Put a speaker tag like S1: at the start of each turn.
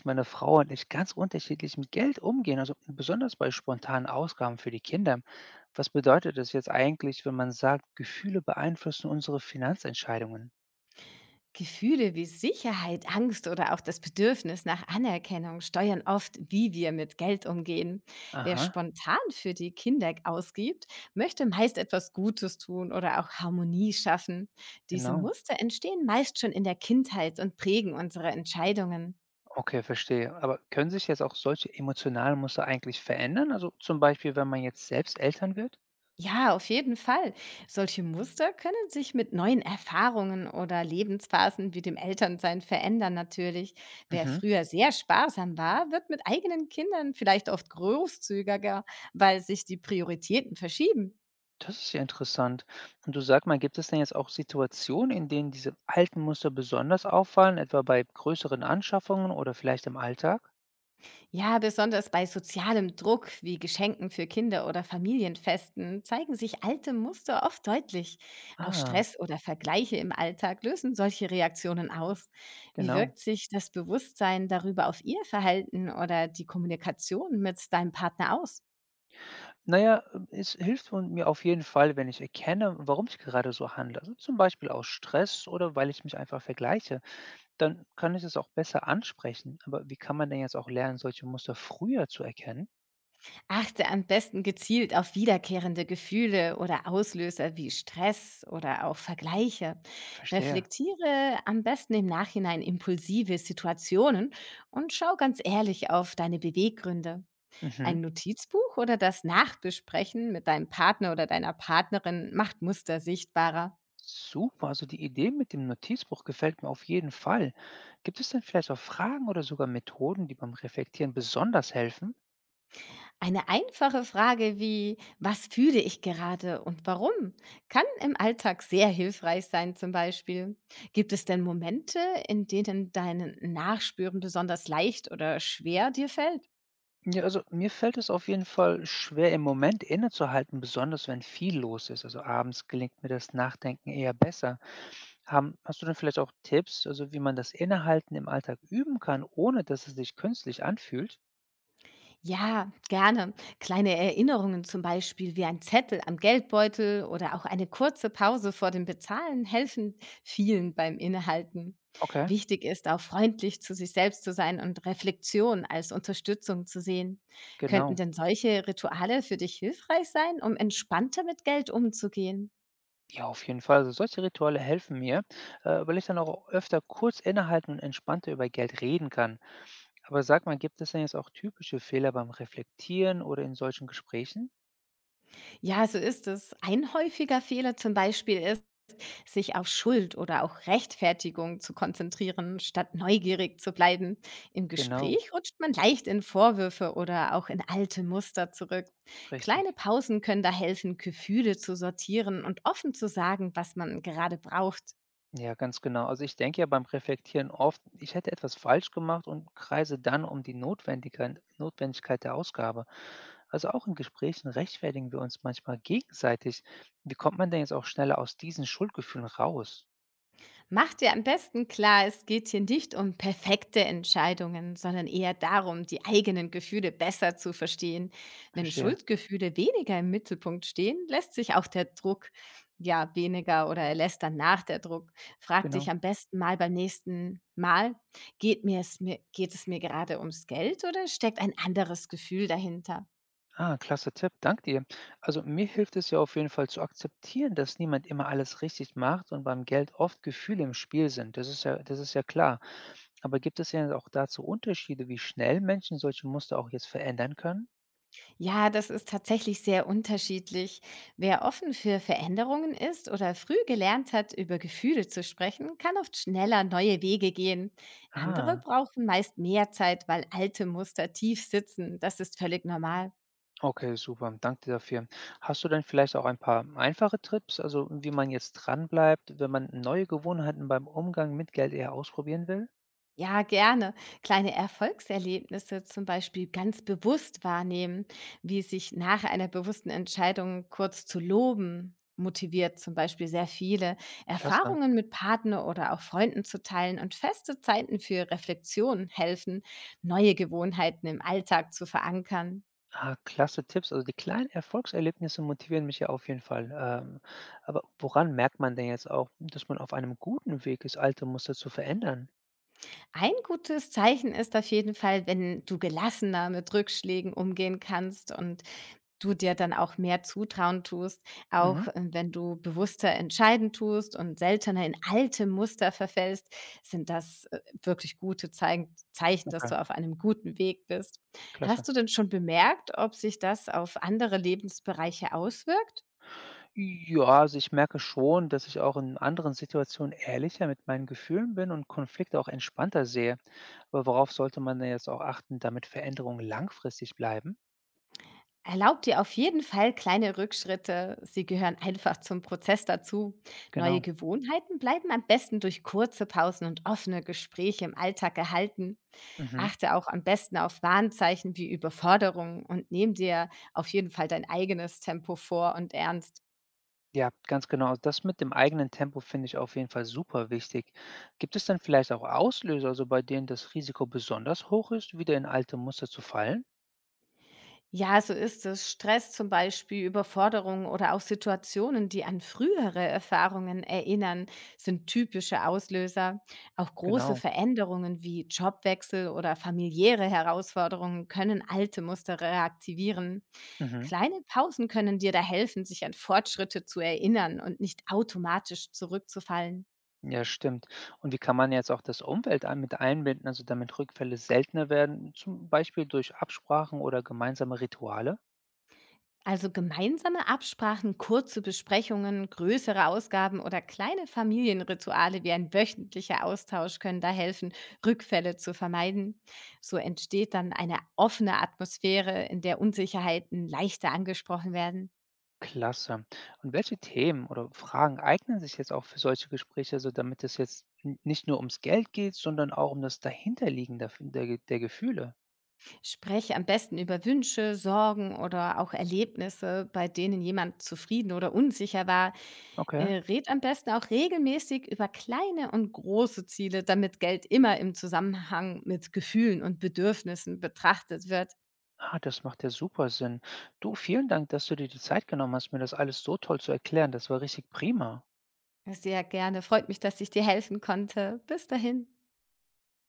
S1: Meine Frau und ich ganz unterschiedlich mit Geld umgehen, also besonders bei spontanen Ausgaben für die Kinder. Was bedeutet das jetzt eigentlich, wenn man sagt, Gefühle beeinflussen unsere Finanzentscheidungen?
S2: Gefühle wie Sicherheit, Angst oder auch das Bedürfnis nach Anerkennung steuern oft, wie wir mit Geld umgehen. Wer
S1: Aha,
S2: spontan für die Kinder ausgibt, möchte meist etwas Gutes tun oder auch Harmonie schaffen. Diese
S1: genau.
S2: Muster entstehen meist schon in der Kindheit und prägen unsere Entscheidungen.
S1: Okay, verstehe. Aber können sich jetzt auch solche emotionalen Muster eigentlich verändern? Also zum Beispiel, wenn man jetzt selbst Eltern wird?
S2: Ja, auf jeden Fall. Solche Muster können sich mit neuen Erfahrungen oder Lebensphasen wie dem Elternsein verändern natürlich. Wer
S1: Mhm.
S2: früher sehr sparsam war, wird mit eigenen Kindern vielleicht oft großzügiger, weil sich die Prioritäten verschieben.
S1: Das ist ja interessant. Und du sag mal, gibt es denn jetzt auch Situationen, in denen diese alten Muster besonders auffallen, etwa bei größeren Anschaffungen oder vielleicht im Alltag?
S2: Ja, besonders bei sozialem Druck wie Geschenken für Kinder oder Familienfesten zeigen sich alte Muster oft deutlich. Auch
S1: Ah,
S2: Stress oder Vergleiche im Alltag lösen solche Reaktionen aus. Wie
S1: genau.
S2: wirkt sich das Bewusstsein darüber auf Ihr Verhalten oder die Kommunikation mit deinem Partner aus?
S1: Na ja, es hilft von mir auf jeden Fall, wenn ich erkenne, warum ich gerade so handle. Also, zum Beispiel aus Stress oder weil ich mich einfach vergleiche. Dann kann ich es auch besser ansprechen. Aber wie kann man denn jetzt auch lernen, solche Muster früher zu erkennen?
S2: Achte am besten gezielt auf wiederkehrende Gefühle oder Auslöser wie Stress oder auch Vergleiche.
S1: Verstehe.
S2: Reflektiere am besten im Nachhinein impulsive Situationen und schau ganz ehrlich auf deine Beweggründe.
S1: Mhm.
S2: Ein Notizbuch oder das Nachbesprechen mit deinem Partner oder deiner Partnerin macht Muster sichtbarer.
S1: Super, also die Idee mit dem Notizbuch gefällt mir auf jeden Fall. Gibt es denn vielleicht auch Fragen oder sogar Methoden, die beim Reflektieren besonders helfen?
S2: Eine einfache Frage wie, was fühle ich gerade und warum, kann im Alltag sehr hilfreich sein zum Beispiel. Gibt es denn Momente, in denen dein Nachspüren besonders leicht oder schwer dir fällt?
S1: Ja, also mir fällt es auf jeden Fall schwer, im Moment innezuhalten, besonders wenn viel los ist. Also abends gelingt mir das Nachdenken eher besser. Hast du denn vielleicht auch Tipps, also wie man das Innehalten im Alltag üben kann, ohne dass es sich künstlich anfühlt?
S2: Ja, gerne. Kleine Erinnerungen zum Beispiel wie ein Zettel am Geldbeutel oder auch eine kurze Pause vor dem Bezahlen helfen vielen beim Innehalten.
S1: Okay,
S2: Wichtig ist auch freundlich zu sich selbst zu sein und Reflexion als Unterstützung zu sehen. Könnten
S1: genau.
S2: denn solche Rituale für dich hilfreich sein, um entspannter mit Geld umzugehen?
S1: Ja, auf jeden Fall. Also solche Rituale helfen mir, weil ich dann auch öfter kurz innehalten und entspannter über Geld reden kann. Aber sag mal, gibt es denn jetzt auch typische Fehler beim Reflektieren oder in solchen Gesprächen?
S2: Ja, so ist es. Ein häufiger Fehler zum Beispiel ist, sich auf Schuld oder auch Rechtfertigung zu konzentrieren, statt neugierig zu bleiben. Im
S1: Genau,
S2: Gespräch rutscht man leicht in Vorwürfe oder auch in alte Muster zurück. Kleine
S1: richtig.
S2: Pausen können da helfen, Gefühle zu sortieren und offen zu sagen, was man gerade braucht.
S1: Ja, ganz genau. Also ich denke ja beim Reflektieren oft, ich hätte etwas falsch gemacht und kreise dann um die Notwendigkeit der Ausgabe. Also auch in Gesprächen rechtfertigen wir uns manchmal gegenseitig. Wie kommt man denn jetzt auch schneller aus diesen Schuldgefühlen raus?
S2: Mach dir am besten klar, es geht hier nicht um perfekte Entscheidungen, sondern eher darum, die eigenen Gefühle besser zu verstehen. Wenn
S1: Verstehe,
S2: Schuldgefühle weniger im Mittelpunkt stehen, lässt sich auch der Druck ja weniger oder er lässt dann nach der Druck. Frag dich
S1: genau.
S2: am besten mal beim nächsten Mal, geht es mir gerade ums Geld oder steckt ein anderes Gefühl dahinter?
S1: Ah, klasse Tipp, danke dir. Also mir hilft es ja auf jeden Fall zu akzeptieren, dass niemand immer alles richtig macht und beim Geld oft Gefühle im Spiel sind. Das ist ja klar. Aber gibt es ja auch dazu Unterschiede, wie schnell Menschen solche Muster auch jetzt verändern können?
S2: Ja, das ist tatsächlich sehr unterschiedlich. Wer offen für Veränderungen ist oder früh gelernt hat, über Gefühle zu sprechen, kann oft schneller neue Wege gehen. Andere
S1: Ah,
S2: brauchen meist mehr Zeit, weil alte Muster tief sitzen. Das ist völlig normal.
S1: okay, super. Danke dir dafür. Hast du denn vielleicht auch ein paar einfache Tipps, also wie man jetzt dranbleibt, wenn man neue Gewohnheiten beim Umgang mit Geld eher ausprobieren will?
S2: Ja, gerne. Kleine Erfolgserlebnisse zum Beispiel ganz bewusst wahrnehmen, wie sich nach einer bewussten Entscheidung kurz zu loben motiviert zum Beispiel sehr viele
S1: Klasse.
S2: Erfahrungen mit Partner oder auch Freunden zu teilen und feste Zeiten für Reflexion helfen, neue Gewohnheiten im Alltag zu verankern.
S1: Ah, klasse Tipps. Also die kleinen Erfolgserlebnisse motivieren mich ja auf jeden Fall. Aber woran merkt man denn jetzt auch, dass man auf einem guten Weg ist, alte Muster zu verändern?
S2: Ein gutes Zeichen ist auf jeden Fall, wenn du gelassener mit Rückschlägen umgehen kannst und du dir dann auch mehr zutrauen tust,
S1: Mhm,
S2: auch wenn du bewusster entscheiden tust und seltener in alte Muster verfällst, sind das wirklich gute Zeichen, dass
S1: okay,
S2: du auf einem guten Weg bist.
S1: klasse.
S2: Hast du denn schon bemerkt, ob sich das auf andere Lebensbereiche auswirkt?
S1: Ja, also ich merke schon, dass ich auch in anderen Situationen ehrlicher mit meinen Gefühlen bin und Konflikte auch entspannter sehe. Aber worauf sollte man denn jetzt auch achten, damit Veränderungen langfristig bleiben?
S2: Erlaub dir auf jeden Fall kleine Rückschritte. Sie gehören einfach zum Prozess dazu. Neue
S1: Genau.
S2: Gewohnheiten bleiben am besten durch kurze Pausen und offene Gespräche im Alltag erhalten.
S1: Mhm.
S2: Achte auch am besten auf Warnzeichen wie Überforderung und nimm dir auf jeden Fall dein eigenes Tempo vor und ernst.
S1: Ja, ganz genau. Also, das mit dem eigenen Tempo finde ich auf jeden Fall super wichtig. Gibt es dann vielleicht auch Auslöser, also bei denen das Risiko besonders hoch ist, wieder in alte Muster zu fallen?
S2: Ja, so ist es. Stress zum Beispiel, Überforderung oder auch Situationen, die an frühere Erfahrungen erinnern, sind typische Auslöser. Auch große
S1: Genau.
S2: Veränderungen wie Jobwechsel oder familiäre Herausforderungen können alte Muster reaktivieren.
S1: Mhm.
S2: Kleine Pausen können dir da helfen, sich an Fortschritte zu erinnern und nicht automatisch zurückzufallen.
S1: Ja, stimmt. Und wie kann man jetzt auch das Umfeld mit einbinden, also damit Rückfälle seltener werden, zum Beispiel durch Absprachen oder gemeinsame Rituale?
S2: Also gemeinsame Absprachen, kurze Besprechungen, größere Ausgaben oder kleine Familienrituale wie ein wöchentlicher Austausch können da helfen, Rückfälle zu vermeiden. So entsteht dann eine offene Atmosphäre, in der Unsicherheiten leichter angesprochen werden.
S1: Klasse. Und welche Themen oder Fragen eignen sich jetzt auch für solche Gespräche, also damit es jetzt nicht nur ums Geld geht, sondern auch um das Dahinterliegen der Gefühle?
S2: Spreche am besten über Wünsche, Sorgen oder auch Erlebnisse, bei denen jemand zufrieden oder unsicher war.
S1: Okay.
S2: Red am besten auch regelmäßig über kleine und große Ziele, damit Geld immer im Zusammenhang mit Gefühlen und Bedürfnissen betrachtet wird.
S1: Ah, das macht ja super Sinn. Du, vielen Dank, dass du dir die Zeit genommen hast, mir das alles so toll zu erklären. Das war richtig prima.
S2: Sehr gerne. Freut mich, dass ich dir helfen konnte. Bis dahin.